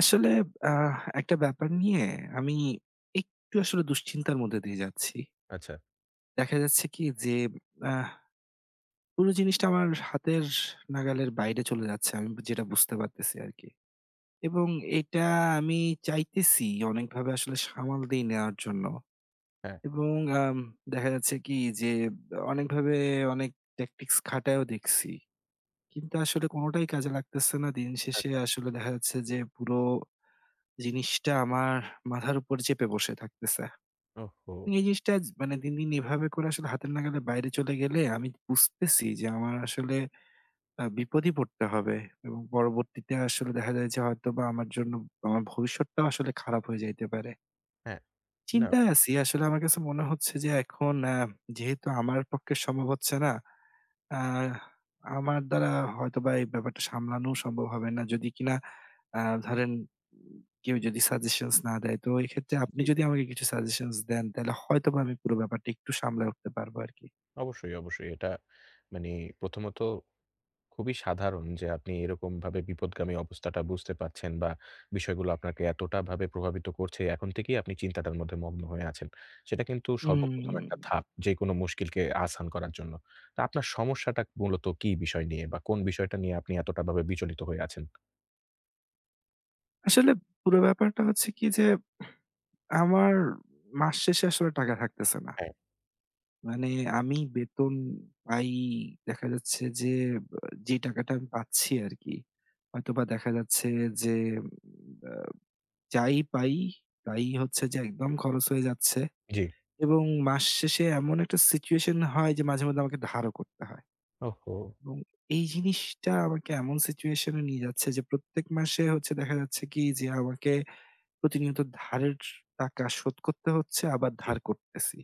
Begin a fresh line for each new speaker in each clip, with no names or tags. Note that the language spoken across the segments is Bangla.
আসলে, আহ একটা ব্যাপার নিয়ে আমি একটু আসলে দুশ্চিন্তার মধ্যে দিয়ে যাচ্ছি।
আচ্ছা।
দেখা যাচ্ছে কি যে আহ পুরো জিনিসটা আমার হাতের নাগালের বাইরে চলে যাচ্ছে। আমি যেটা বুঝতে পারতেছি আরকি। এবং এটা আমি চাইতেছি অনেকভাবে আসলে সামাল দিয়ে নেওয়ার জন্য।
হ্যাঁ,
এবং আম দেখা যাচ্ছে কি যে অনেকভাবে অনেক ট্যাকটিক্স খাটায়ও দেখছি। কিন্তু আসলে কোনটাই কাজে লাগতেছে না। দিন শেষে
আচ্ছা।
আসলে দেখা যাচ্ছে যে পুরো জিনিসটা আমার মাথার উপর চেপে বসে থাকতেছে।
ওহহো!
এই জিনিসটা মানে দিন, দিন এভাবে করে আসলে হাতের নাগালের বাইরে চলে গেলে আমি বুঝতেছি যে আমার আসলে বিপদেই পড়তে হবে এবং পরবর্তীতে আসলে দেখা যায় যে হয়তোবা আমার জন্য আমার ভবিষ্যৎটাও আসলে খারাপ হয়ে যাইতে পারে।
হ্যাঁ। না,
চিন্তায় আছি আসলে। আমার কাছে মনে হচ্ছে যে এখন যেহেতু আমার পক্ষে সম্ভব হচ্ছে না, আ আমার দ্বারা হয়তোবা এই ব্যাপারটা সামলানোও সম্ভব হবে না। যদি কিনা আ ধরেন উম, কেউ যদি সাজেশনস না দেয়, তো এক্ষেত্রে আপনি
জি।
যদি আমাকে কিছু সাজেশনস দেন, তাহলে হয়তোবা আমি পুরো ব্যাপারটা একটু সামলায় উঠতে পারবো আরকি।
অবশ্যই, অবশ্যই। এটা মানে প্রথমত খুবই সাধারণ যে আপনি এরকমভাবে বিপদগামী অবস্থাটা বুঝতে পারছেন বা বিষয়গুলো আপনাকে এতটা ভাবে প্রভাবিত করছে এখন থেকেই আপনি চিন্তাটার মধ্যে মগ্ন হয়ে আছেন। সেটা কিন্তু সর্বপ্রথম
উম
একটা ধাপ যেকোনো মুশকিলকে আসান করার জন্য। তো আপনার সমস্যাটা মূলত কি বিষয় নিয়ে বা কোন বিষয়টা নিয়ে আপনি এতটা ভাবে বিচলিত হয়ে আছেন?
আসলে পুরো ব্যাপারটা হচ্ছে কি যে, আমার মাস শেষে আসলে টাকা থাকতেছে না।
হ্যাঁ,
মানে আমি বেতন পাই, দেখা যাচ্ছে যে, যে টাকাটা আমি পাচ্ছি আরকি। হয়তোবা দেখা যাচ্ছে যে, যাই পাই, তাই হচ্ছে যে একদম খরচ হয়ে যাচ্ছে
জি।
এবং মাস শেষে এমন একটা সিচুয়েশন হয় যে মাঝে মধ্যে আমাকে ধারও করতে হয়
ওহহো!
এবং এই জিনিসটা আমাকে এমন সিচুয়েশন এ নিয়ে যাচ্ছে যে প্রত্যেক মাসে হচ্ছে দেখা যাচ্ছে কি যে আমাকে প্রতিনিয়ত ধারের টাকা শোধ করতে হচ্ছে, আবার
জি,
ধার করতেছি।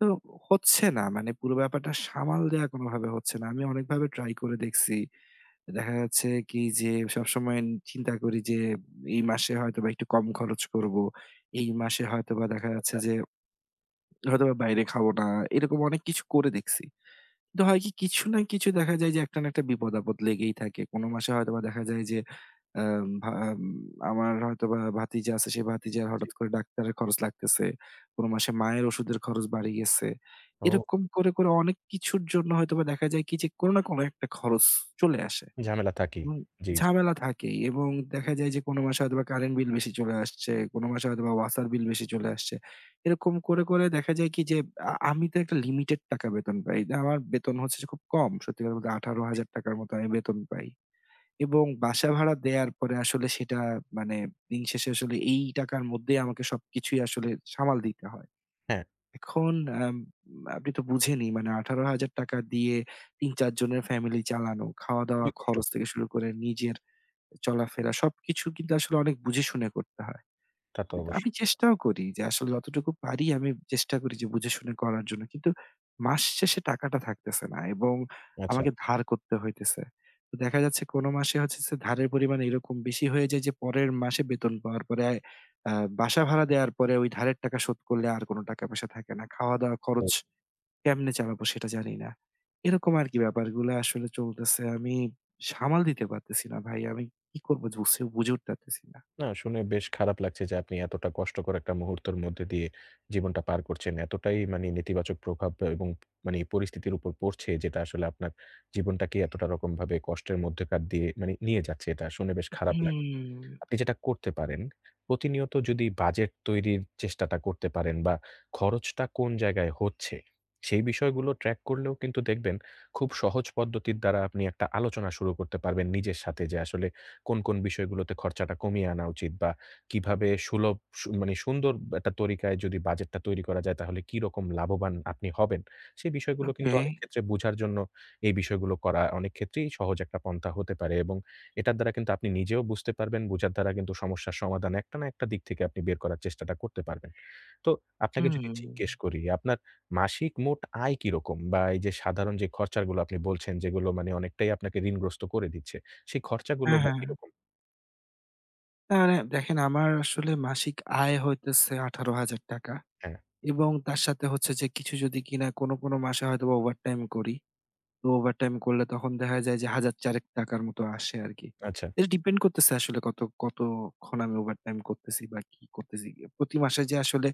তো হচ্ছে না, মানে পুরো ব্যাপারটা সামাল দেয়া কোনোভাবে হচ্ছে না। আমি অনেকভাবে ট্রাই করে দেখছি। দেখা যাচ্ছে কি যে সবসময় চিন্তা করি যে এই মাসে হয়তোবা একটু কম খরচ করব। এই মাসে হয়তোবা দেখা যাচ্ছে
আচ্ছা,
যে হয়তোবা বাইরে খাবো না। এরকম অনেক কিছু করে দেখছি। কিন্তু হয় কি, কিছু না কিছু দেখা যায় যে একটা না একটা বিপদ-আপদ লেগেই থাকে। কোনো মাসে হয়তোবা দেখা যায় যে আম ভা আম আমার হয়তোবা ভাতিজা আছে, সে ভাতিজার
জি।
হঠাৎ করে ডাক্তারের খরচ লাগতেছে। কোনো মাসে মায়ের ওষুধের খরচ বাড়ে গেছে।
ও
এরকম করে, করে অনেক কিছুর জন্য হয়তোবা দেখা যায় কি যে কোনো না কোনো একটা খরচ চলে আসে।
ঝামেলা থাকেই।
এবং
জি, জি,
ঝামেলা থাকেই এবং দেখা যায় যে কোনো মাসে হয়তোবা কারেন্ট বিল বেশি চলে আসছে, কোনো মাসে হয়তোবা ওয়াসার বিল বেশি চলে আসছে। এরকম করে, করে দেখা যায় কি যে আমি তো একটা লিমিটেড টাকা বেতন পাই। না, আমার বেতন হচ্ছে যে খুব কম। সত্যি কথা বলতে
জি।
৳১৮,০০০ মতো আমি বেতন পাই। এবং বাসা ভাড়া দেয়ার পরে আসলে সেটা, মানে দিন শেষে আসলে এই টাকার মধ্যেই আমাকে সবকিছুই আসলে সামাল দিতে হয়।
হ্যাঁ।
এখন আম আপনি তো বুঝেনই, মানে ৳১৮,০০০ দিয়ে ৩-৪ জনের ফ্যামিলি চালানো, খাওয়া-দাওয়া
খুবই কষ্ট।
খরচ থেকে শুরু করে নিজের চলাফেরা সবকিছু কিন্তু আসলে অনেক বুঝে শুনে করতে হয়।
তা তো
কিন্তু আমি
অবশ্যই।
চেষ্টাও করি যে আসলে যতটুকু পারি আমি চেষ্টা করি যে বুঝে শুনে করার জন্য। কিন্তু মাস শেষে টাকাটা থাকতেছে না এবং
আচ্ছা।
আমাকে ধার করতে হইতেছে। তো দেখা যাচ্ছে, কোনো মাসে হচ্ছে যে ধারের পরিমাণ এরকম বেশি হয়ে যায় যে পরের মাসে বেতন পাওয়ার পরে আ বাসা ভাড়া দেওয়ার পরে ওই ধারের টাকা শোধ করলে আর কোনো টাকা পয়সা থাকে না। খাওয়া-দাওয়া
তো
খরচ কেমনে চালাবো সেটা জানি না। এরকম আরকি ব্যাপারগুলা আসলে চলতেছে। আমি সামাল দিতে পারতেছি না ভাই। আমি কি করবো বুঝে বুঝে উঠতে পারতেছি না।
না শুনে বেশ খারাপ লাগছে যে আপনি এতটা কষ্টকর একটা মুহূর্তের মধ্যে দিয়ে জীবনটা পার করছেন। এতটাই মানে নেতিবাচক প্রভাব এবং মানে পরিস্থিতির উপর পড়ছে যেটা আসলে আপনার জীবনটাকে এতটা রকমভাবে কষ্টের মধ্যকার দিয়ে মানে নিয়ে যাচ্ছে। এটা শুনে বেশ খারাপ।
হুম,
আপনি যেটা করতে পারেন, প্রতিনিয়ত যদি বাজেট তৈরির চেষ্টাটা করতে পারেন বা খরচটা কোন জায়গায় হচ্ছে, সেই বিষয়গুলো ট্র্যাক করলেও কিন্তু দেখবেন খুব সহজ পদ্ধতির দ্বারা আপনি একটা আলোচনা শুরু করতে পারবেন নিজের সাথে যে আসলে কোন বিষয়গুলোতে খরচাটা কমিয়ে আনা উচিত বা কিভাবে সুলভ সু মানে সুন্দর একটা তরিকায় যদি বাজেটটা তৈরি করা যায় তাহলে কিরকম লাভবান আপনি হবেন। সেই বিষয়গুলো কিন্তু
ওকে।
অনেক ক্ষেত্রে বুঝার জন্য এই বিষয়গুলো করা অনেক ক্ষেত্রেই সহজ একটা পন্থা হতে পারে এবং এটার দ্বারা কিন্তু আপনি নিজেও বুঝতে পারবেন, বুঝার দ্বারা কিন্তু সমস্যার সমাধান একটা না একটা দিক থেকে আপনি বের করার চেষ্টাটা করতে পারবেন। তো আপনাকে যদি
হুম।
জিজ্ঞেস করি, আপনার মাসিক মোট আয় কিরকম? বা এই যে সাধারণ যে খরচাগুলো আপনি বলছেন, যেগুলো মানে অনেকটাই আপনাকে ঋণগ্রস্ত করে দিচ্ছে, সেই খরচাগুলো
হ্যাঁ,
বা
হ্যাঁ।
কিরকম?
না, মানে দেখেন, আমার আসলে মাসিক আয় হইতেছে ৳১৮,০০০
হ্যাঁ,
এবং তার সাথে হচ্ছে যে, কিছু যদি কিনা কোনো মাসে হয়তোবা ওভারটাইম করি, তো ওভারটাইম করলে তখন দেখা যায় যে ১০০০-৪ টাকার মতো আসে আরকি।
আচ্ছা,
এটা ডিপেন্ড করতেছে আসলে কতক্ষণ আমি ওভারটাইম করতেছি বা কি করতেছি। প্রতি মাসে যে আসলে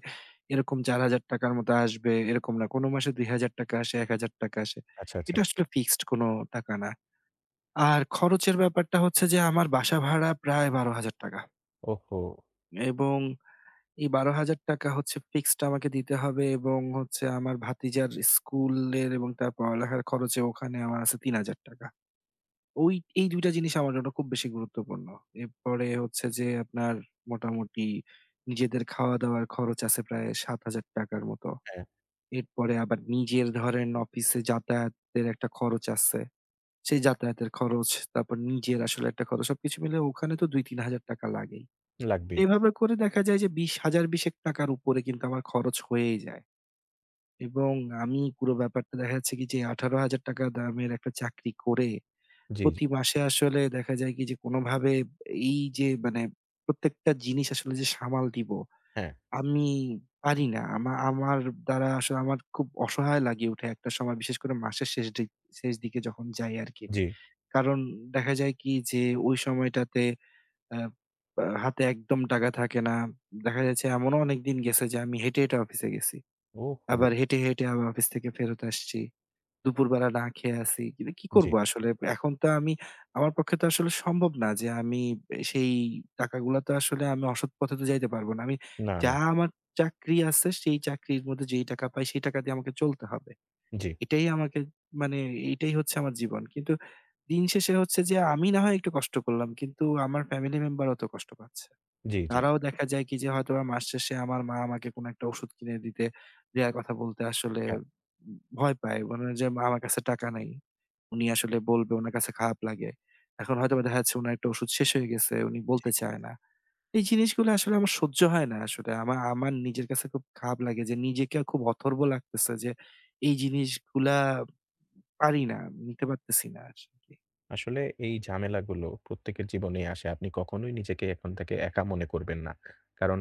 এরকম ৳৪,০০০ মতো আসবে এরকম না। কোনো মাসে ৳২,০০০ আসে, ৳১,০০০ আসে।
আচ্ছা, আচ্ছা।
এটা আসলে ফিক্সড কোনো টাকা না। আর খরচের ব্যাপারটা হচ্ছে যে আমার বাসা ভাড়া প্রায় ৳১২,০০০
ওহো!
এবং এই ৳১২,০০০ হচ্ছে ফিক্সড, আমাকে দিতে হবে এবং হচ্ছে আমার ভাতিজার স্কুলের এবং তার পড়ালেখার খরচে ওখানে আমার আছে ৳৩,০০০। ওই এই ২ টা জিনিস আমার জন্য খুব বেশি গুরুত্বপূর্ণ। এরপরে হচ্ছে যে, আপনার মোটামুটি নিজেদের খাওয়া-দাওয়ার খরচ আছে প্রায় ৳৭,০০০ র মতো।
হ্যাঁ,
এরপরে আবার নিজের, ধরেন, অফিসে যাতায়াতের একটা খরচ আছে। সেই যাতায়াতের খরচ, তারপর নিজের আসলে একটা খরচ। সবকিছু মিলে ওখানে তো ৳২-৩,০০০ লাগেই।
লাগবেই।
এভাবে করে দেখা যায় যে ২০ ৳১,০০০-১,২০০ র উপরে কিন্তু আমার খরচ হয়েই যায়। এবং আমি পুরো ব্যাপারটা দেখা যাচ্ছে কি যে ৳১৮,০০০ দামের একটা চাকরি করে
জি, জি।
প্রতি মাসে আসলে দেখা যায় কি যে কোনোভাবে এই যে মানে প্রত্যেকটা জিনিস আসলে যে সামাল দিব
হ্যাঁ,
আমি পারি না। আমার দ্বারা আসলে আমার খুব অসহায় লাগে উঠে একটা সময়, বিশেষ করে মাসের শেষ দিকে যখন যাই আরকি।
জি।
কারণ দেখা যায় কি যে ওই সময়টাতে আ আ হাতে একদম টাকা থাকে না। দেখা যাচ্ছে এমনও অনেকদিন গেছে যে আমি হেঁটে, হেঁটে অফিসে গেছি।
ওহো!
আবার হেঁটে, হেঁটে আবার অফিস থেকে ফেরত আসছি। দুপুরবেলা না খেয়ে আছি। কিন্তু কি
জি।
করব আসলে? এখন তো আমি, আমার পক্ষে তো আসলে সম্ভব না যে আমি সেই টাকাগুলা তো আসলে আমি অসৎ পথে তো যাইতে পারব না। আমি
না,
যা,
না।
আমার চাকরি আছে সেই চাকরির মধ্যে যেই টাকা পাই সেই টাকা দিয়ে আমাকে চলতে হবে।
জি,
এটাই আমাকে, মানে এটাই হচ্ছে আমার জীবন। কিন্তু দিন শেষে হচ্ছে যে আমি না হয় একটু কষ্ট করলাম। কিন্তু আমার ফ্যামিলি মেম্বার অত কষ্ট পাচ্ছে।
জি, জি।
তারাও দেখা যায় কি যে হয়তোবা মাস শেষে আমার মা আমাকে কোনো একটা ওষুধ কিনে দিতে দেয়ার কথা বলতে আসলে
হ্যাঁ।
ভয় পায়। মনে হয় যে, মা, আমার কাছে টাকা নাই। উনি আসলে বলবে, উনার কাছে খারাপ লাগে। এখন হয়তোবা দেখা যাচ্ছে উনার একটা ওষুধ শেষ হয়ে গেছে, উনি বলতে চায় না। এই জিনিসগুলো আসলে আমার সহ্য হয় না আসলে। আমার নিজের কাছে খুব খারাপ লাগে যে নিজেকে খুব অথর্ব লাগতেছে যে এই জিনিসগুলা পারি না, নিতে পারতেছি না আরকি।
আসলে এই ঝামেলাগুলো প্রত্যেকের জীবনেই আসে। আপনি কখনোই নিজেকে এখন থেকে একা মনে করবেন না। কারণ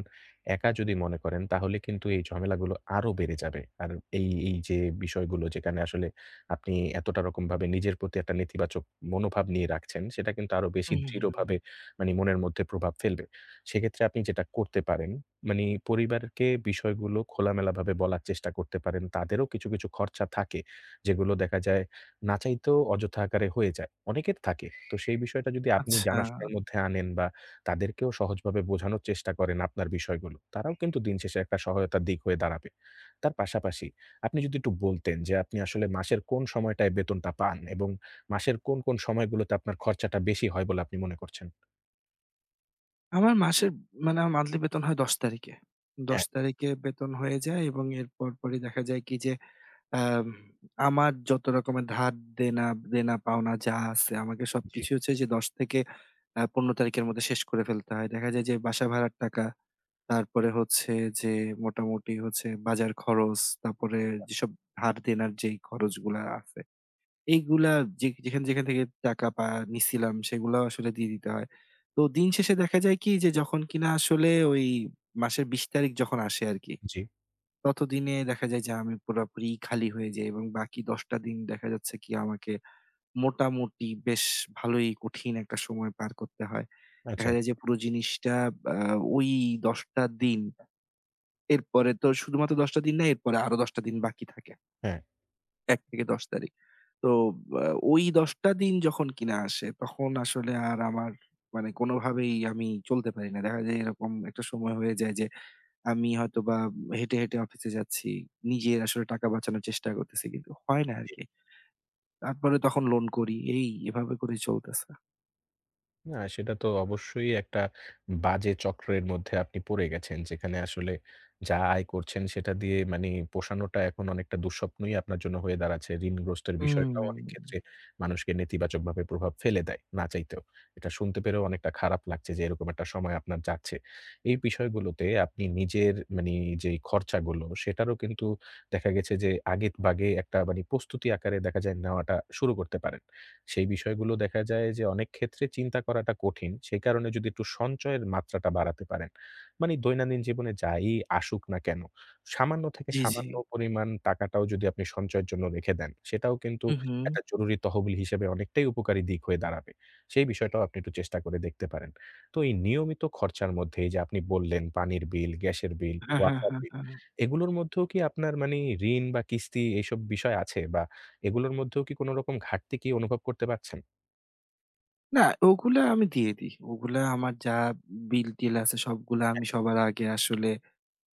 একা যদি মনে করেন তাহলে কিন্তু এই ঝামেলাগুলো আরো বেড়ে যাবে। আর এই যে বিষয়গুলো যেখানে আসলে আপনি এতটা রকমভাবে নিজের প্রতি একটা নেতিবাচক মনোভাব নিয়ে রাখছেন, সেটা কিন্তু আরো বেশি
হুম, হুম, হুম।
দৃঢ়ভাবে মানে মনের মধ্যে প্রভাব ফেলবে। সেক্ষেত্রে আপনি যেটা করতে পারেন, মানে পরিবারকে বিষয়গুলো খোলামেলাভাবে বলার চেষ্টা করতে পারেন। তাদেরও কিছু খরচা থাকে যেগুলো দেখা যায় না চাইতেও অযথা আকারে হয়ে যায়। অনেকের থাকে। তো সেই বিষয়টা যদি আপনি
আচ্ছা।
জানাশোনার মধ্যে আনেন বা তাদেরকেও সহজভাবে বোঝানোর চেষ্টা করেন আপনার বিষয়গুলো, তারাও কিন্তু দিনশেষে একটা সহায়তার দিক হয়ে দাঁড়াবে। তার পাশাপাশি আপনি যদি একটু বলতেন যে আপনি আসলে মাসের কোন সময়টায় বেতনটা পান এবং মাসের কোন সময়গুলোতে আপনার খরচাটা বেশি হয় বলে আপনি মনে করছেন?
আমার মাসের, মানে আমার মান্থলি বেতন হয় ১০ তারিখে। ১০
হ্যাঁ,
তারিখে বেতন হয়ে যায় এবং এর পরপরই দেখা যায় কি যে, আম আমার যত রকমের ধার দেনা দেনা পাওনা যা আছে আমাকে
জি,
সবকিছু হচ্ছে যে ১০ থেকে ১৫ তারিখের মধ্যে শেষ করে ফেলতে হয়। দেখা যায় যে বাসা ভাড়ার টাকা, তারপরে হচ্ছে যে মোটামুটি হচ্ছে বাজার খরচ, তারপরে যেসব ধার দেনার যেই খরচগুলা আছে, এইগুলা যে যেখান থেকে টাকা নিছিলাম, সেগুলাও আসলে দিয়ে দিতে হয়। তো দিন শেষে দেখা যায় কি যে যখন কিনা আসলে ওই মাসের ২০ তারিখ যখন আসে আরকি,
জি।
ততদিনে দেখা যায় যে আমি পুরাপুরি খালি হয়ে যাই এবং বাকি ১০ টা দিন দেখা যাচ্ছে কি আমাকে মোটামুটি বেশ ভালোই কঠিন একটা সময় পার করতে হয়।
আচ্ছা,
দেখা যায় যে পুরো জিনিসটা আ ওই ১০ টা দিন। এরপরে তো শুধুমাত্র ১০ টা দিন না, এরপরে আরো ১০ টা দিন বাকি থাকে।
হ্যাঁ।
১ থেকে ১০ তারিখ। তো আ ওই ১০ টা দিন যখন কিনা আসে, তখন আসলে আর আমার, মানে কোনোভাবেই আমি চলতে পারি না। দেখা যায় এরকম একটা সময় হয়ে যায় যে, আমি হয়তোবা হেঁটে, হেঁটে অফিসে যাচ্ছি। নিজের আসলে টাকা বাঁচানোর চেষ্টা করতেছি কিন্তু হয় না আরকি। তারপরে তখন লোন করি। এই এভাবে করেই চলতেছে।
না, সেটা তো অবশ্যই একটা বাজে চক্রের মধ্যে আপনি পড়ে গেছেন। যেখানে আসলে যা আয় করছেন সেটা দিয়ে মানে পোষানোটা এখন অনেকটা দুঃস্বপ্নই আপনার জন্য হয়ে দাঁড়াচ্ছে। ঋণগ্রস্তের বিষয়টাও
হুম।
অনেক ক্ষেত্রে মানুষকে নেতিবাচকভাবে প্রভাব ফেলে দেয়, না চাইতেও। এটা শুনতে পেরেও অনেকটা খারাপ লাগছে যে এরকম একটা সময় আপনার যাচ্ছে। এই বিষয়গুলোতে আপনি নিজের মানে যেই খরচাগুলো সেটারও কিন্তু দেখা গেছে যে আগেভাগে একটা মানে প্রস্তুতি আকারে দেখা যায় নেওয়াটা শুরু করতে পারেন। সেই বিষয়গুলো দেখা যায় যে অনেক ক্ষেত্রে চিন্তা করাটা কঠিন। সেই কারণে যদি একটু সঞ্চয়ের মাত্রাটা বাড়াতে পারেন। মানে দৈনন্দিন জীবনে যাই আসুক না কেন, সামান্য থেকে
জি, জি।
সামান্য পরিমাণ টাকাটাও যদি আপনি সঞ্চয়ের জন্য রেখে দেন, সেটাও কিন্তু
হু, হুম।
একটা জরুরি তহবিল হিসেবে অনেকটাই উপকারী দিক হয়ে দাঁড়াবে। সেই বিষয়টাও আপনি একটু চেষ্টা করে দেখতে পারেন। তো এই নিয়মিত খরচার মধ্যে এই যে আপনি বললেন পানির বিল, গ্যাসের বিল,
হ্যাঁ, হ্যাঁ,
ওয়াসার
হ্যাঁ,
বিল
হ্যাঁ। হ্যাঁ।
এগুলোর মধ্যেও কি আপনার মানে ঋণ বা কিস্তি এইসব বিষয় আছে বা এগুলোর মধ্যেও কি কোন রকম ঘাটতি কি অনুভব করতে পারছেন?
না, ওগুলা আমি দিয়ে দিই। ওগুলা আমার যা বিল-টিল আছে সবগুলা আমি সবার আগে আসলে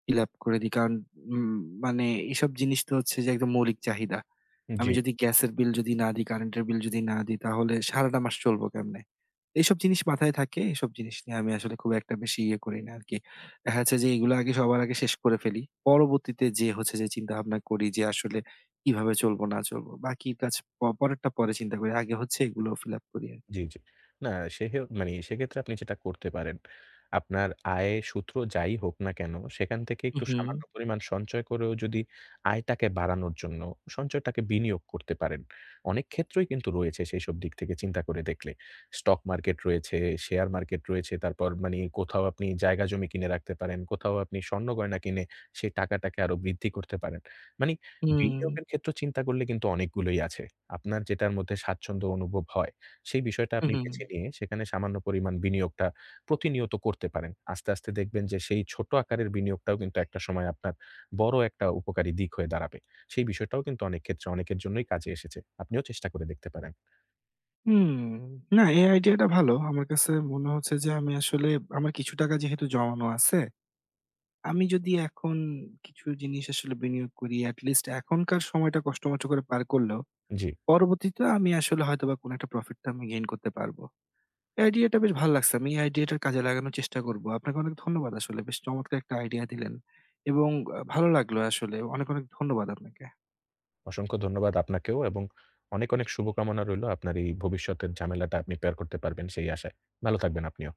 ফিল আপ করে দিই। কারণ উম মানে এসব জিনিস তো হচ্ছে যে একদম মৌলিক চাহিদা।
জি।
আমি যদি গ্যাসের বিল যদি না দিই, কারেন্টের বিল যদি না দিই, তাহলে সারাটা মাস চলবো কেমনে? এইসব জিনিস মাথায় থাকে। এসব জিনিস নিয়ে আমি আসলে খুব একটা বেশি ইয়ে করি না আরকি। দেখা যাচ্ছে যে এগুলো আগে, সবার আগে শেষ করে ফেলি। পরবর্তীতে যেয়ে হচ্ছে যে চিন্তাভাবনা করি যে আসলে কিভাবে চলবো না চলবো। বাকি কাজ পরেরটা পরে চিন্তা করি। আগে হচ্ছে এগুলো ফিল আপ করি আরকি।
জি, জি। না মানে সেক্ষেত্রে আপনি যেটা করতে পারেন, আপনার আয়ের সূত্র যাই হোক না কেন, সেখান থেকে একটু
উহু,
সামান্য পরিমাণ সঞ্চয় করেও যদি আয়টাকে বাড়ানোর জন্য সঞ্চয়টাকে বিনিয়োগ করতে পারেন। অনেক ক্ষেত্রই কিন্তু রয়েছে সেইসব দিক থেকে চিন্তা করে দেখলে। স্টক মার্কেট রয়েছে, শেয়ার মার্কেট রয়েছে, তারপর মানে কোথাও আপনি জায়গা জমি কিনে রাখতে পারেন, কোথাও আপনি স্বর্ণ গয়না কিনে সেই টাকাটাকে আরো বৃদ্ধি করতে পারেন। মানে
হুম,
বিনিয়োগের ক্ষেত্র চিন্তা করলে কিন্তু অনেকগুলোই আছে। আপনার যেটার মধ্যে স্বাচ্ছন্দ্য অনুভব হয় সেই বিষয়টা আপনি
উহু।
বেছে নিয়ে সেখানে সামান্য পরিমাণ বিনিয়োগটা প্রতিনিয়ত করতে পারেন। আস্তে, আস্তে দেখবেন যে সেই ছোট আকারের বিনিয়োগটাও কিন্তু একটা সময় আপনার বড় একটা উপকারী দিক হয়ে দাঁড়াবে। সেই বিষয়টাও কিন্তু অনেক ক্ষেত্রে অনেকের জন্যই কাজে এসেছে। আপনিও চেষ্টা করে দেখতে পারেন।
হুম, না এই আইডিয়াটা ভালো। আমার কাছে মনে হচ্ছে যে আমি আসলে আমার কিছু টাকা যেহেতু জমানো আছে, আমি যদি এখন কিছু জিনিস আসলে বিনিয়োগ করি, এট লিস্ট এখনকার সময়টা কষ্টমষ্ট করে পার করলেও,
জি,
পরবর্তীতে আমি আসলে হয়তোবা কোনো একটা প্রফিট তো আমি গেইন করতে পারবো। এই আইডিয়াটা বেশ ভালো লাগছে। আমি এই আইডিয়াটা কাজে লাগানোর চেষ্টা করব। আপনাকে অনেক ধন্যবাদ আসলে। বেশ চমৎকার একটা আইডিয়া দিলেন এবং ভালো লাগলো আসলে। অনেক, অনেক ধন্যবাদ আপনাকে।
অসংখ্য ধন্যবাদ আপনাকেও এবং অনেক, অনেক শুভকামনা রইলো আপনার এই ভবিষ্যতের ঝামেলাটা আপনি পার করতে পারবেন সেই আশায়। ভালো থাকবেন আপনিও।